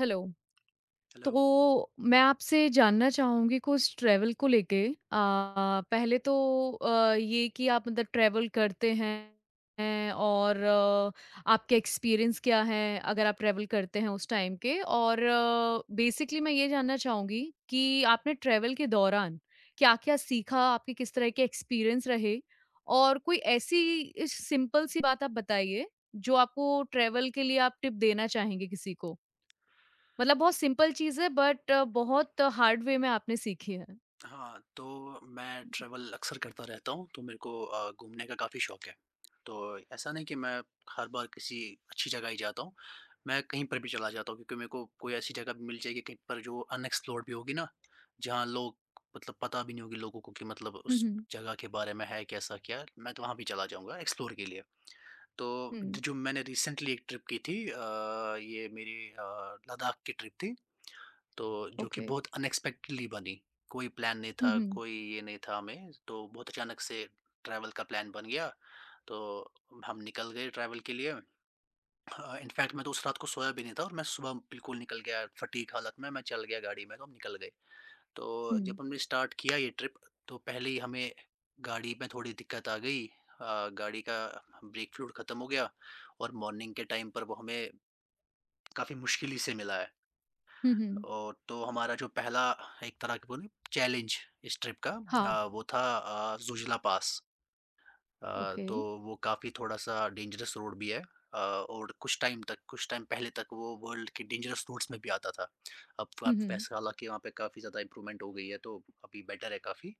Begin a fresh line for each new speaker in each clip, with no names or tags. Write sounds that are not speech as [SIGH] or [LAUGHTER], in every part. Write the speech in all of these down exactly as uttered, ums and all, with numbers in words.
Hello.
Hello.
तो मैं आपसे जानना चाहूँगी कुछ ट्रैवल को लेके। अ, पहले तो अ, ये कि आप मतलब ट्रैवल करते हैं हैं और आ, आपके एक्सपीरियंस क्या हैं, अगर आप ट्रैवल करते हैं उस टाइम के? और बेसिकली मैं ये जानना चाहूँगी कि आपने ट्रैवल के दौरान क्या-क्या सीखा, आपके किस तरह के एक्सपीरियंस रहे? और कोई ऐसी सिंपल सी बात आप बताइए, जो आपको ट्रैवल के लिए आप टिप देना चाहेंगे किसी को? मतलब बहुत सिंपल चीज़ है बट बहुत हार्ड वे में आपने सीखी है।
हाँ, तो मैं ट्रैवल अक्सर करता रहता हूँ, तो मेरे को अ, घूमने का काफ़ी शौक है। तो ऐसा नहीं कि मैं हर बार किसी अच्छी जगह ही जाता हूँ, मैं कहीं पर भी चला जाता हूँ क्योंकि मेरे को कोई ऐसी जगह भी मिल जाएगी कहीं पर जो अनएक्सप्लोर्ड भी होगी ना, जहाँ लोग मतलब पता भी नहीं होगी लोगों को कि मतलब
हुँ,
उस
हुँ।
जगह के बारे में है, कैसा क्या है, मैं तो वहाँ भी चला जाऊँगा एक्सप्लोर के लिए। तो
हुँ,
जो मैंने रिसेंटली एक ट्रिप की थी, अ, ये मेरी, अ, लद्दाख की ट्रिप थी। तो जो कि
ओके।
बहुत अनएक्सपेक्टेडली बनी। कोई प्लान नहीं
हुँ,
था,
हुँ,
कोई ये नहीं था हमें, तो बहुत अचानक से ट्रैवल का प्लान बन गया, तो हम निकल गए ट्रैवल के लिए। अ, इनफैक्ट मैं तो उस रात को सोया भी नहीं था और मैं सुबह बिल्कुल निकल गया फटीग हालत में, मैं चल गया गाड़ी में, तो हम निकल गए। तो जब
हुँ,
हमने स्टार्ट किया ये ट्रिप, तो पहले ही हमें गाड़ी में थोड़ी दिक्कत आ गई। अ, गाड़ी का ब्रेक फ्लूइड खत्म हो गया और मॉर्निंग के टाइम पर वो हमें काफ़ी मुश्किल ही से मिला है।
हुँ, हुँ।
ओ, तो हमारा जो पहला एक तरह की बोले चैलेंज इस ट्रिप का,
हाँ,
अ, वो था, अ, ज़ुजला पास। अ,
ओके।
तो वो काफ़ी थोड़ा-सा डेंजरस रोड भी है, अ, और कुछ टाइम तक कुछ टाइम पहले तक वो वर्ल्ड के डेंजरस रोड्स में भी आता था। अब
हुँ,
अब
हुँ,
वैसे हालाँकि वहाँ पे काफ़ी ज़्यादा इम्प्रूवमेंट हो गई है, तो अभी बेटर है काफ़ी।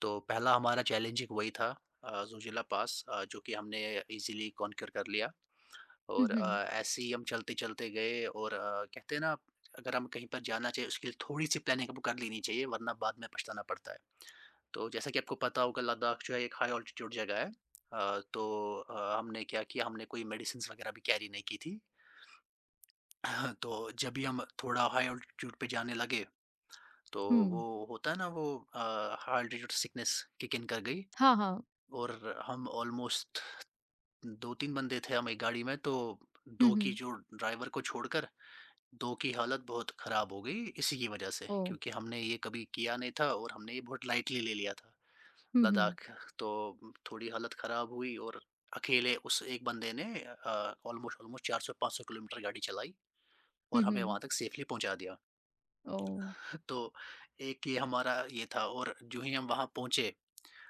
तो पहला हमारा चैलेंज एक वही था, अ, ज़ुजला पास, अ, जो कि हमने ईज़िली कॉन्क्यूर कर लिया।
हुँ,
और
हुँ,
अ, ऐसे ही हम चलते-चलते गए, और अ, कहते हैं ना, अगर हम कहीं पर जाना चाहिए उसके लिए थोड़ी-सी प्लानिंग हमको कर लेनी चाहिए, वरना बाद में पछताना पड़ता है। तो जैसा कि आपको पता होगा, लद्दाख जो है एक हाई ऑल्टीट्यूड जगह है। अ, तो अ, हमने क्या किया, हमने कोई मेडिसिन्स वगैरह भी कैरी नहीं की थी। [CLEARS THROAT] [LAUGHS] तो जब भी हम थोड़ा हाई ऑल्टीट्यूड पे जाने लगे, तो वो
हुँ।
होता है ना वो, uh, high altitude sickness kick in कर गई।
हाँ, हाँ।
और हम ऑलमोस्ट दो तीन बंदे थे हम एक गाड़ी में, तो
हुँ,
दो की
हुँ।
जो, ड्राइवर को छोड़कर दो की हालत बहुत ख़राब हो गई इसी की वजह से,
ओह!
क्योंकि हमने ये कभी किया नहीं था और हमने ये बहुत लाइटली ले लिया था,
हुँ, हुँ,
लद्दाख। तो थोड़ी हालत ख़राब हुई और अकेले उस एक बंदे ने, अ, ऑलमोस्ट ऑलमोस्ट चार सौ पाँच सौ किलोमीटर गाड़ी चलाई
हुँ,
और हमें
हुँ।
वहाँ तक सेफ़ली पहुँचा दिया।
ओह!
[LAUGHS] तो एक ये हमारा ये था, और जो ही हम वहाँ पहुँचे,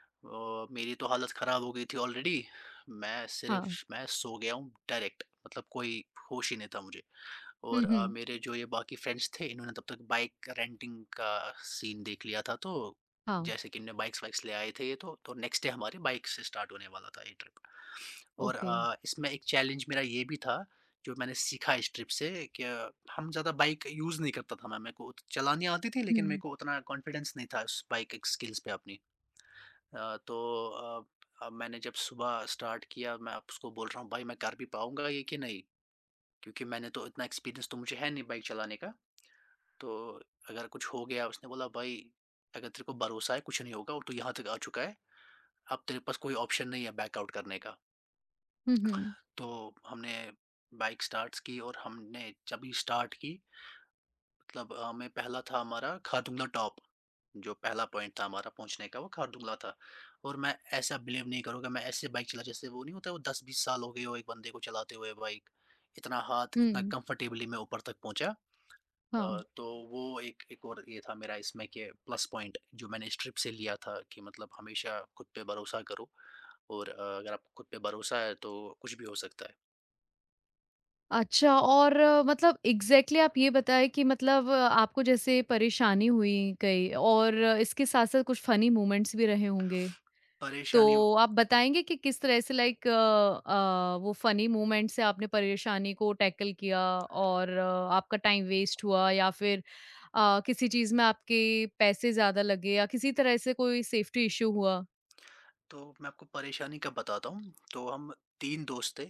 अ, मेरी तो हालत ख़राब हो गई थी ऑलरेडी। मैं
हाँ।
सिर्फ़ मैं सो गया हूँ डायरेक्ट, मतलब कोई होश ही नहीं था मुझे।
हुँ,
और अ,
हुँ।
मेरे जो ये बाकी फ्रेंड्स थे, इन्होंने तब तक बाइक रेंटिंग का सीन देख लिया था, तो
हाँ,
जैसे कि इनने बाइक्स वाइक्स ले आए थे ये, तो तो नेक्स्ट डे हमारे बाइक से स्टार्ट होने वाला था ये ट्रिप। और
ओके।
अ, इसमें एक चैलेंज मेरा ये भी था, जो मैंने सीखा इस ट्रिप से, कि हम ज़्यादा बाइक यूज़ नहीं करता था मैं, मेरे को उत- चलानी आती थी लेकिन मेरे
हुँ,
को उतना कॉन्फिडेंस नहीं था उस बाइक स्किल्स पे अपनी। अ, तो अ, अ, मैंने जब सुबह स्टार्ट किया, मैं उसको बोल रहा हूँ, भाई मैं कर भी पाऊंगा ये कि नहीं, क्योंकि मैंने तो इतना एक्सपीरियंस तो मुझे है नहीं बाइक चलाने का, तो अगर कुछ हो गया। उसने बोला, भाई अगर तेरे को भरोसा है कुछ नहीं होगा और तू यहाँ तक आ चुका है, अब तेरे पास कोई ऑप्शन नहीं है बैक आउट करने का।
हुँ, हुँ,
तो हमने बाइक स्टार्ट्स की, और हमने जब ही स्टार्ट की, मतलब अ, हमें पहला था हमारा खारदुंगला टॉप, जो पहला पॉइंट था हमारा पहुँचने का वो खारदुंगला था। और मैं ऐसा बिलीव नहीं करूँगा, मैं ऐसे बाइक चला जैसे वो नहीं होता, वो दस बीस साल हो गए हो एक बंदे को चलाते हुए बाइक। इतना हाथ, इतना
हुँ।
कंफर्टेबली मैं ऊपर तक पहुँचा। अ,
हाँ।
तो वो एक एक और ये था मेरा इसमें, कि प्लस पॉइंट जो मैंने इस ट्रिप से लिया था, कि मतलब हमेशा खुद पे भरोसा करो, और अ, अगर आपको खुद पे भरोसा है तो कुछ भी हो सकता है।
अच्छा और अ, मतलब एग्ज़ैक्टली आप ये बताएँ कि मतलब अ, आपको जैसे परेशानी हुई कई और अ, इसके साथ-साथ कुछ फ़नी मोमेंट्स भी रहे होंगे? तो
परेशानी।
आप बताएँगे कि किस तरह से लाइक अ अ, वो फ़नी मोमेंट से आपने परेशानी को टैकल किया और अ, आपका टाइम वेस्ट हुआ या फिर अ, किसी चीज़ में आपके पैसे ज़्यादा लगे या किसी तरह से कोई सेफ्टी इश्यू हुआ?
तो मैं आपको परेशानी कब बताता हूँ, तो हम तीन दोस्त थे,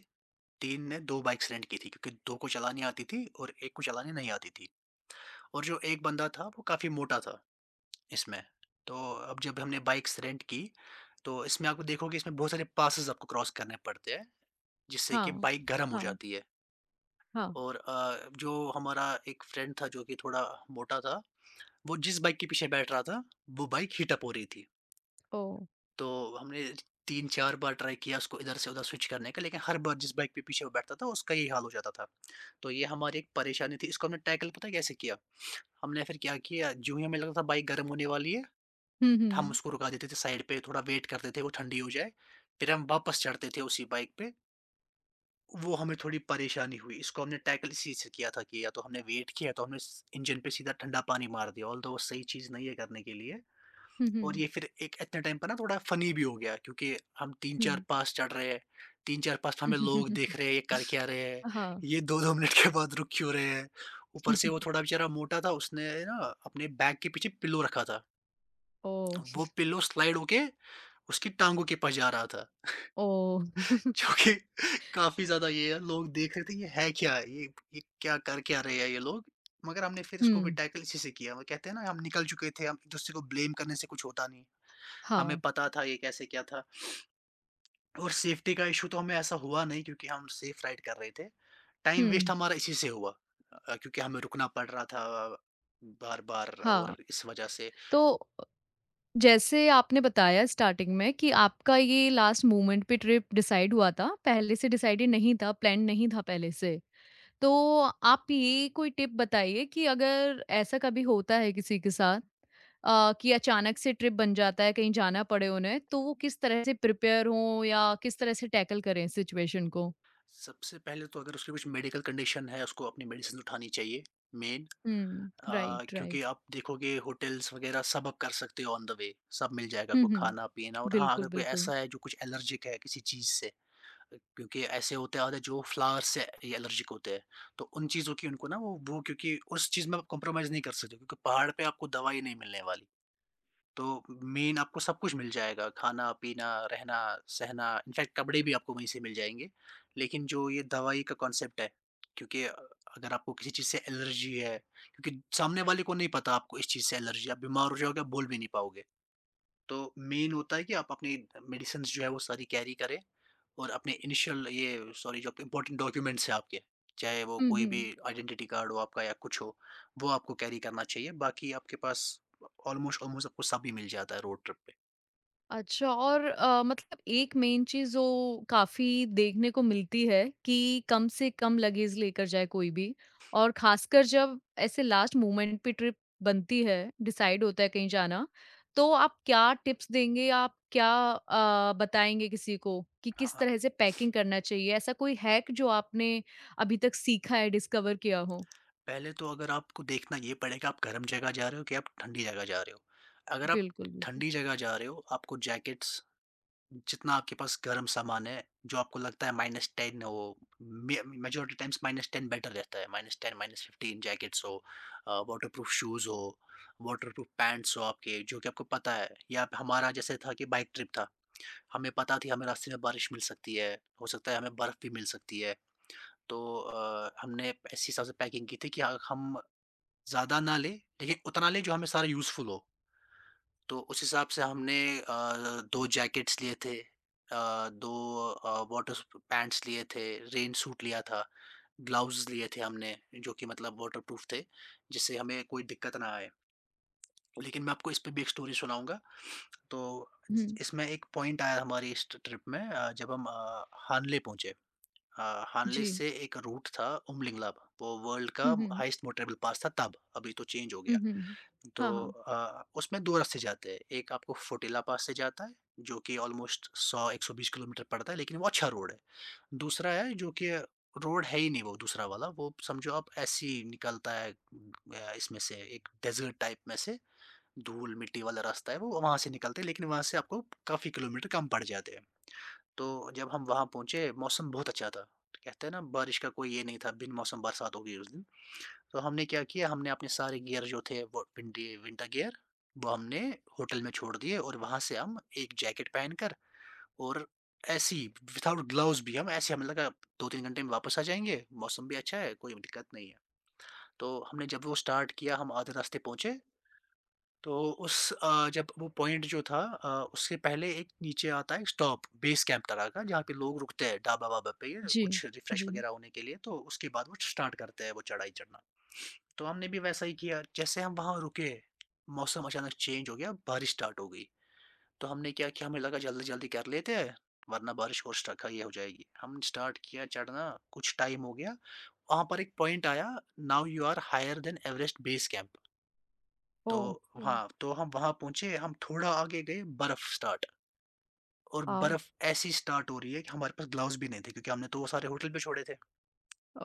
तीन ने दो बाइक्स रेंट की थी क्योंकि दो को चलानी आती थी और एक को चलानी नहीं आती थी, और जो एक बंदा था वो काफ़ी मोटा था इसमें। तो अब जब हमने बाइक्स रेंट की, तो इसमें आपको देखोगे इसमें बहुत सारे पासेस आपको क्रॉस करने पड़ते हैं, जिससे कि
हाँ।
बाइक गरम हो
हाँ,
जाती है।
हाँ।
और अ, जो हमारा एक फ्रेंड था जो कि थोड़ा मोटा था, वो जिस बाइक के पीछे बैठ रहा था, वो बाइक हीट अप हो रही थी।
ओह!
तो हमने तीन चार बार ट्राई किया उसको इधर से उधर स्विच करने का, लेकिन हर बार जिस बाइक पे पीछे वो बैठता था, उसका यही हाल हो जाता था। तो ये हमारी एक परेशानी थी, इसको हमने टैकल पता है कैसे किया? हमने फिर क्या किया, जो ही हमें लगा था बाइक गर्म होने वाली है,
हुँ,
हम
हुँ।
उसको रुका देते थे साइड पे, थोड़ा वेट करते थे वो ठंडी हो जाए, फिर हम वापस चढ़ते थे उसी बाइक पे, वो हमें थोड़ी परेशानी हुई। इसको हमने टैकल इसी से किया था, कि या तो हमने वेट किया, तो हमने स इंजन पे सीधा ठंडा पानी मार दिया, ऑल्दो वो सही चीज़ नहीं है करने के लिए।
हुँ,
और
हुँ,
ये फिर एक इतने टाइम पर ना थोड़ा फ़नी भी हो गया, क्योंकि हम तीन चार
हुँ।
पास चढ़ रहे हैं, तीन चार पास हमें लोग
[LAUGHS]
देख रहे हैं, ये कर क्या रहे हैं?
हाँ।
ये दो दो मिनट के बाद रुक क्यों रहे हैं? ऊपर से वो
[LAUGHS]
थोड़ा बेचारा मोटा था, उसने ना अपने बैग के पीछे पिलो रखा था।
ओह!
वो पिलो स्लाइड होके उसकी टाँगों के पास जा रहा था।
ओह!
जो कि [LAUGHS] काफ़ी ज़्यादा ये है, लोग देख रहे थे ये है क्या? ये ये क्या कर क्या रहे हैं ये लोग? मगर हमने फिर
हुँ।
इसको भी टैकल इसी से किया। वो कहते हैं ना, हम निकल चुके थे, हम एक-दूसरे को ब्लेम करने से कुछ होता नहीं।
[LAUGHS]
हमें
हाँ।
पता था ये कैसे क्या था, और सेफ्टी का इश्यू तो हमें ऐसा हुआ नहीं क्योंकि हम सेफ राइड कर रहे थे। टाइम वेस्ट
हुँ।
हमारा इसी से हुआ, अ, क्योंकि हमें रुकना पड़ रहा था बार-बार
हाँ।
और इस वजह से।
तो जैसे आपने बताया स्टार्टिंग में कि आपका ये लास्ट मोमेंट पे ट्रिप डिसाइड हुआ था, पहले से डिसाइडेड नहीं था, प्लान नहीं था पहले से। तो आप ये कोई टिप बताइए कि अगर ऐसा कभी होता है किसी के साथ अ, कि अचानक से ट्रिप बन जाता है, कहीं जाना पड़े उन्हें, तो वो किस तरह से प्रिपेयर हों या किस तरह से टैकल करें सिचुएशन को?
सबसे पहले तो अगर उसकी कुछ मेडिकल कंडीशन है, उसको अपनी मेडिसिन उठानी चाहिए, मेन।
हुँ,
अ,
राइट, राइट।
क्योंकि आप देखोगे होटल्स वगैरह सब आप कर सकते हो ऑन द वे, सब मिल जाएगा
हुँ,
आपको
हुँ।
खाना-पीना, और हाँ,
बिल्कुल,
अगर कोई
बिल्कुल।
ऐसा है जो कुछ एलर्जिक है किसी चीज़ से, अ, क्योंकि ऐसे होते हैं जो फ्लावर्स से ये एलर्जिक होते हैं, तो उन चीज़ों की उनको ना वो, वो क्योंकि उस चीज़ में आप कॉम्प्रोमाइज़ नहीं कर सकते, क्योंकि पहाड़ पे आपको दवाई नहीं मिलने वाली। तो मेन आपको सब कुछ मिल जाएगा, खाना-पीना, रहना-सहना, इनफैक्ट कपड़े भी आपको वहीं से मिल जाएँगे। लेकिन जो ये दवाई का कॉन्सेप्ट है, क्योंकि अ, अगर आपको किसी चीज़ से एलर्जी है, क्योंकि सामने वाले को नहीं पता आपको इस चीज़ से एलर्जी है, आप बीमार हो जाओगे, आप बोल भी नहीं पाओगे। तो मेन होता है कि आप अपनी मेडिसिन्स जो है वो सारी कैरी करें, और अपने इनिशियल ये सॉरी जो आपके इम्पोर्टेंट डॉक्यूमेंट्स हैं आपके, चाहे वो
हुँ,
कोई भी
हुँ।
आइडेंटिटी कार्ड हो आपका या कुछ हो, वो आपको कैरी करना चाहिए। बाकी आपके पास ऑलमोस्ट ऑलमोस्ट आपको सब ही मिल जाता है रोड ट्रिप पे।
अच्छा और अ, मतलब एक मेन चीज़ जो काफ़ी देखने को मिलती है कि कम से कम लगेज लेकर जाए कोई भी और ख़ासकर जब ऐसे लास्ट मोमेंट पे ट्रिप बनती है, डिसाइड होता है कहीं जाना, तो आप क्या टिप्स देंगे? आप क्या अ, बताएँगे किसी को कि किस
हाँ,
तरह से पैकिंग करना चाहिए? ऐसा कोई हैक जो आपने अभी तक सीखा है, डिस्कवर किया हो?
पहले तो अगर आपको देखना ये पड़ेगा आप गर्म जगह जा रहे हो कि आप ठंडी जगह जा रहे हो। अगर आप
बिल्कुल, बिल्कुल।
ठंडी जगह जा रहे हो, आपको जैकेट्स जितना आपके पास गर्म सामान है, जो आपको लगता है माइनस दस हो, मे मेजॉरिटी टाइम्स माइनस दस बेटर रहता है, माइनस दस, माइनस पंद्रह जैकेट्स हो, अ, वाटरप्रूफ शूज़ हो, वाटरप्रूफ पैंट्स हो आपके, जो कि आपको पता है, या हमारा जैसे था कि बाइक ट्रिप था, हमें पता थी हमें रास्ते में बारिश मिल सकती है, हो सकता है हमें बर्फ़ भी मिल सकती है। तो अ, हमने इस हिसाब से पैकिंग की थी, कि हम ज़्यादा ना लें, लेकिन उतना लें जो हमें सारा यूज़फुल हो। तो उस हिसाब से हमने, अ, दो जैकेट्स लिए थे, अ, दो, अ, वाटर स पैंट्स लिए थे, रेन सूट लिया था, ग्लव्स लिए थे हमने, जो कि मतलब वाटरप्रूफ थे, जिससे हमें कोई दिक्कत ना आए। लेकिन मैं आपको इस पे भी एक स्टोरी सुनाऊँगा। तो
हुँ,
इस इसमें एक पॉइंट आया हमारी इस ट ट्रिप में, अ, जब हम, अ, हानले पहुँचे। अ, हानले
जी।
से एक रूट था उमलिंगला, वो वर्ल्ड का
हुँ, हुँ।
हाईएस्ट मोटरेबल पास था तब, अभी तो चेंज हो
हुँ,
गया।
हुँ, हुँ। हाँ,
तो
हाँ।
अ, उसमें दो रास्ते जाते हैं। एक आपको फोटिला पास से जाता है, जो कि ऑलमोस्ट सौ से एक सौ बीस किलोमीटर पड़ता है, लेकिन वो अच्छा रोड है। दूसरा है जो कि रोड है ही नहीं वो दूसरा वाला, वो समझो आप ऐसे ही निकलता है, अ, इसमें से एक डेज़र्ट टाइप में से, धूल-मिट्टी वाला रास्ता है वो, वहाँ से निकलते हैं, लेकिन वहाँ से आपको काफ़ी किलोमीटर कम पड़ जाते हैं। तो जब हम वहाँ पहुँचे, मौसम बहुत अच्छा था। कहते हैं ना, बारिश का कोई ये नहीं था, बिन मौसम बरसात हो गई उस दिन। तो हमने क्या किया, हमने अपने सारे गियर जो थे वो विंटी विंटर गियर वो हमने होटल में छोड़ दिए, और वहां से हम एक जैकेट पहनकर और ऐसी विदाउट ग्लव्स भी, हम ऐसे, हमें लगा दो तीन घंटे में वापस आ जाएंगे, मौसम भी अच्छा है, कोई दिक्कत नहीं है। तो हमने जब वो स्टार्ट किया, हम आधे रास्ते पहुंचे, तो उस अ, जब वो पॉइंट जो था, अ, उसके पहले एक नीचे आता है स्टॉप बेस कैंप तरह का, जहाँ पे लोग रुकते हैं ढाबा वाबा पे
जी,
कुछ रिफ्रेश
जी।
वगैरह होने के लिए। तो उसके बाद वो स्टार्ट करते हैं वो चढ़ाई चढ़ना। तो हमने भी वैसा ही किया। जैसे हम वहाँ रुके, मौसम अचानक चेंज हो गया, बारिश स्टार्ट हो गई। तो हमने क्या किया, हमें लगा जल्दी-जल्दी कर लेते हैं, वरना बारिश और स्टक ये हो जाएगी। हमने स्टार्ट किया चढ़ना, कुछ टाइम हो गया, वहाँ पर एक पॉइंट आया, now you are higher than Everest base camp. तो
ओह!
वहाँ तो हम वहाँ पहुँचे, हम थोड़ा आगे गए, बर्फ़ स्टार्ट। और
वाओ!
बर्फ़ ऐसी स्टार्ट हो रही है कि हमारे पास ग्लव्स भी नहीं थे, क्योंकि हमने तो वो सारे होटल पे छोड़े थे।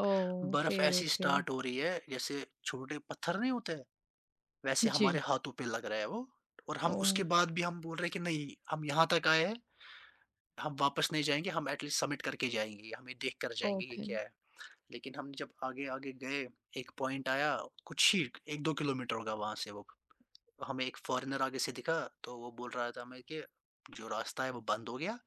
ओके,
बर्फ़ ऐसी
ओके।
स्टार्ट हो रही है, जैसे छोटे पत्थर नहीं होते? वैसे हमारे
जी।
हाथों पे लग रहा है वो। और हम उसके
ओह!
बाद भी हम बोल रहे हैं कि नहीं, हम यहाँ तक आए हैं, हम वापस नहीं जाएंगे, हम एटलीस्ट सबमिट करके जाएंगे, हमें देख कर जाएंगे ये
ओके,
क्या है। लेकिन हम जब आगे आगे गए, एक पॉइंट आया, कुछ ही एक दो किलोमीटर होगा वहां से, वो हमें एक फॉरेनर आगे से दिखा। तो वो बोल रहा था हमें कि जो रास्ता है वो बंद हो गया,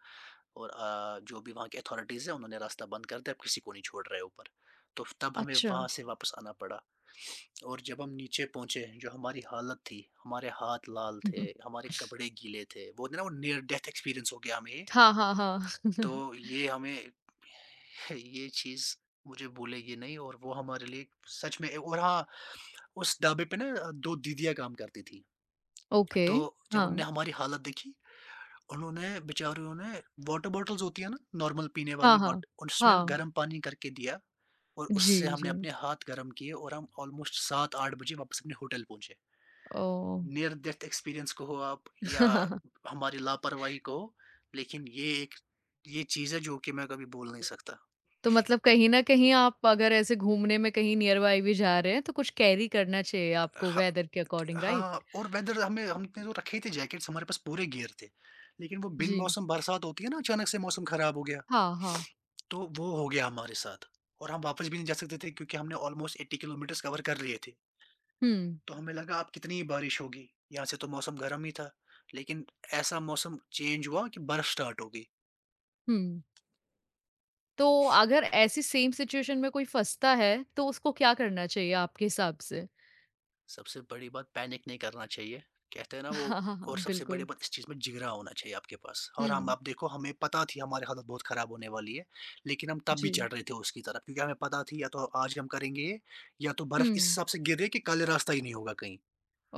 और आ, जो भी वहाँ की अथॉरिटीज है उन्होंने रास्ता बंद कर दिया, अब किसी को नहीं छोड़ रहे ऊपर। तो तब हमें
अच्छा।
वहां से वापस आना पड़ा। और जब हम नीचे पहुंचे, जो हमारी हालत थी, हमारे हाथ लाल थे,
[LAUGHS]
हमारे कपड़े गीले थे, वो ना, वो नियर डेथ एक्सपीरियंस हो गया हमें ये।
हाँ, हाँ, हाँ।
तो
[LAUGHS]
ये हमें [LAUGHS] ये चीज मुझे भूलेगी नहीं। और वो हमारे लिए, सच में। और हाँ, उस ढाबे पे ना, दो दीदियाँ काम करती थी।
ओके,
तो जब उनने
हाँ।
हमारी हालत देखी, उन्होंने बेचारियों ने, वाटर बॉटल्स होती है ना, नॉर्मल पीने
हाँ,
वाली,
हाँ।
बट उसमें
हाँ।
गर्म पानी करके दिया। और
जी,
उससे हमने
जी।
अपने हाथ गर्म किए, और हम ऑलमोस्ट सात आठ बजे वापस अपने होटल पहुंचे।
ओह!
नियर डेथ एक्सपीरियंस कहो आप, या
[LAUGHS]
हमारी लापरवाही कहो, लेकिन ये एक, ये चीज़ है जो कि मैं कभी बोल नहीं सकता।
तो मतलब कहीं न कहीं आप अगर ऐसे घूमने में कहीं नियर बाय भी जा रहे हैं, तो कुछ कैरी करना चाहिए आपको
हाँ,
वेदर के अकॉर्डिंग, राइट?
हाँ, और वेदर हमें, हमने तो रखे ही थे जैकेट्स, हमारे पास पूरे गियर थे, लेकिन वो बिन
जी।
मौसम बरसात होती है ना, अचानक से मौसम ख़राब हो गया,
हाँ, हाँ।
तो वो हो गया हमारे साथ। और हम वापस भी नहीं जा सकते थे, क्योंकि हमने ऑलमोस्ट अस्सी किलोमीटर्स कवर कर लिए थे।
हुँ,
तो हमें लगा अब कितनी ही बारिश होगी, यहाँ से तो मौसम गर्म ही था, लेकिन ऐसा मौसम चेंज हुआ कि बर्फ़ स्टार्ट हो गई।
हुँ। तो अगर ऐसी सेम सिचुएशन में कोई फँसता है, तो उसको क्या करना चाहिए आपके हिसाब से?
सबसे बड़ी बात, पैनिक नहीं करना चाहिए। कहते हैं ना
[LAUGHS]
वो।
हाँ, हाँ, हाँ,
और सबसे बड़ी
बिल्कुल।
बात, इस चीज़ में जिगरा होना चाहिए आपके पास। और हम,
हुँ,
आप देखो, हमें पता थी हमारी हालत बहुत ख़राब होने वाली है, लेकिन हम तब भी
जी।
चढ़ रहे थे उसकी तरफ, क्योंकि हमें पता थी या तो आज हम करेंगे ये, या तो बर्फ़ इस
हुँ।
हिसाब से गिर रही है कि कल रास्ता ही नहीं होगा कहीं।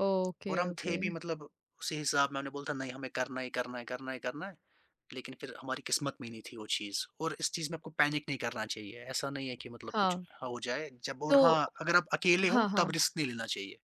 ओके,
और हम
ओके।
थे भी मतलब उसी हिसाब में हमने बोला था नहीं, हमें करना ही करना है, करना है, करना है। लेकिन फिर हमारी किस्मत में ही नहीं थी वो चीज़। और इस चीज़ में आपको पैनिक नहीं करना चाहिए। ऐसा नहीं है कि मतलब कुछ
हाँ,
हो जाए जब। और
तो
हाँ, अगर आप अकेले हो
हाँ,
तब
हाँ।
रिस्क नहीं लेना चाहिए।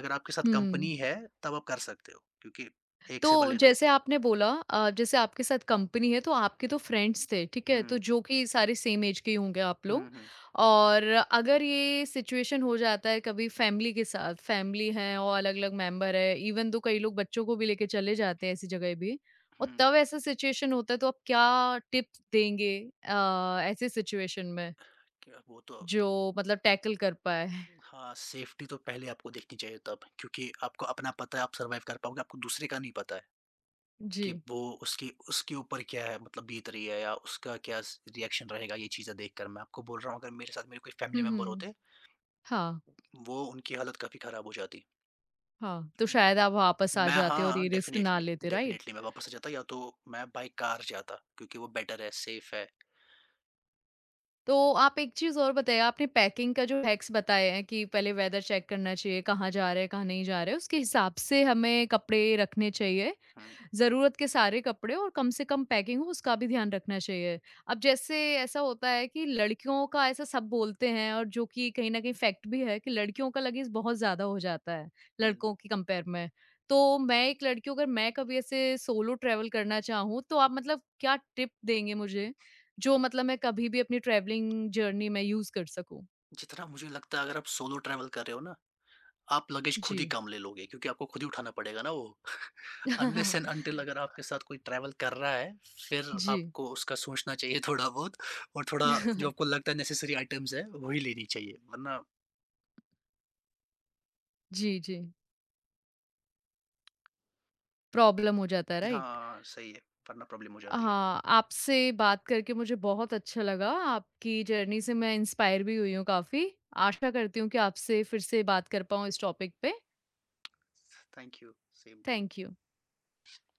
अगर आपके साथ
हुँ।
कंपनी है, तब आप कर सकते हो, क्योंकि एक से
तो
भले दो।
जैसे आपने बोला अ, जैसे आपके साथ कंपनी है तो आपके तो फ्रेंड्स थे, ठीक है? तो
हुँ।
जो कि सारे सेम ऐज के ही होंगे आप
हुँ,
लोग
हुँ।
और अगर ये सिचुएशन हो जाता है कभी फैमिली के साथ, फैमिली है और अलग-अलग मेंबर है, इवन दो कई लोग बच्चों को भी लेके चले जाते हैं ऐसी जगह भी और
हुँ।
तब ऐसा सिचुएशन होता है तो आप क्या टिप्स देंगे अ, ऐसे सिचुएशन में
क्या वो तो
जो
त
मतलब टैकल कर पाएँ? [LAUGHS]
हाँ, सेफ्टी तो पहले आपको देखनी चाहिए तब, क्योंकि आपको अपना पता है आप सर्वाइव कर पाओगे, आपको दूसरे का नहीं पता है
जी।
कि वो उसके उसके ऊपर क्या है, मतलब बीत रही है, या उसका क्या स रिएक्शन रहेगा, ये चीज़ें देखकर। मैं आपको बोल रहा हूँ, अगर मेरे साथ मेरे कोई फैमिली
हुँ,
मेंबर
हुँ।
होते,
हाँ,
वो उनकी हालत काफ़ी खराब हो जाती।
हाँ, तो
वो,
शायद आप वापस आ
मैं,
जाते और
हाँ,
ये रिस्क ना
डेफ़िनेटली,
लेते, राइट?
डेफ़िनेटली मैं वापस आ जाता, या तो मैं बाय कार जाता, क्योंकि वो बेटर है, सेफ
तो आप एक चीज़ और बताइए, आपने पैकिंग का जो हैक्स बताए हैं कि पहले वेदर चेक करना चाहिए, कहाँ जा रहे हैं, कहाँ नहीं जा रहे हैं, उसके हिसाब से हमें कपड़े रखने चाहिए।
है।
ज़रूरत के सारे कपड़े और कम से कम पैकिंग हो उसका भी ध्यान रखना चाहिए। अब जैसे ऐसा होता है कि लड़कियों का ऐसा सब बोलते हैं और जो कि कहीं न कहीं फैक्ट भी है कि लड़कियों का लगेज बहुत ज़्यादा हो जाता है,
हुँ,
लड़कों के कंपेयर में। तो मैं एक लड़की हूँ अगर मैं कभी ऐसे सोलो ट्रैवल करना चाहूँ तो आप मतलब क्या टिप देंगे मुझे, जो मतलब मैं कभी भी अपनी ट्रैवलिंग जर्नी में यूज़ कर सकूँ?
जितना मुझे लगता है, अगर आप सोलो ट्रैवल कर रहे हो ना, आप लगेज
जी।
खुद ही कम ले लोगे, क्योंकि आपको खुद ही उठाना पड़ेगा ना वो। [LAUGHS] अनलेस एंड अंटिल अगर
[LAUGHS]
आपके साथ कोई ट्रैवल कर रहा है, फिर
जी।
आपको उसका सोचना चाहिए थोड़ा बहुत, और थोड़ा जो आपको
[LAUGHS]
लगता है नेसेसरी आइटम्स है, वही लेनी चाहिए, वरना।
जी, जी। प्रॉब्लम हो जाता है, राइट?
हाँ, सही है, वरना प्रॉब्लम हो जाती है।
हाँ, आपसे बात करके मुझे बहुत अच्छा लगा। आपकी जर्नी से मैं इंस्पायर भी हुई हूँ काफ़ी। आशा करती हूँ कि आपसे फिर से बात कर पाऊँ इस टॉपिक पे।
Thank you, same to you.
Thank you.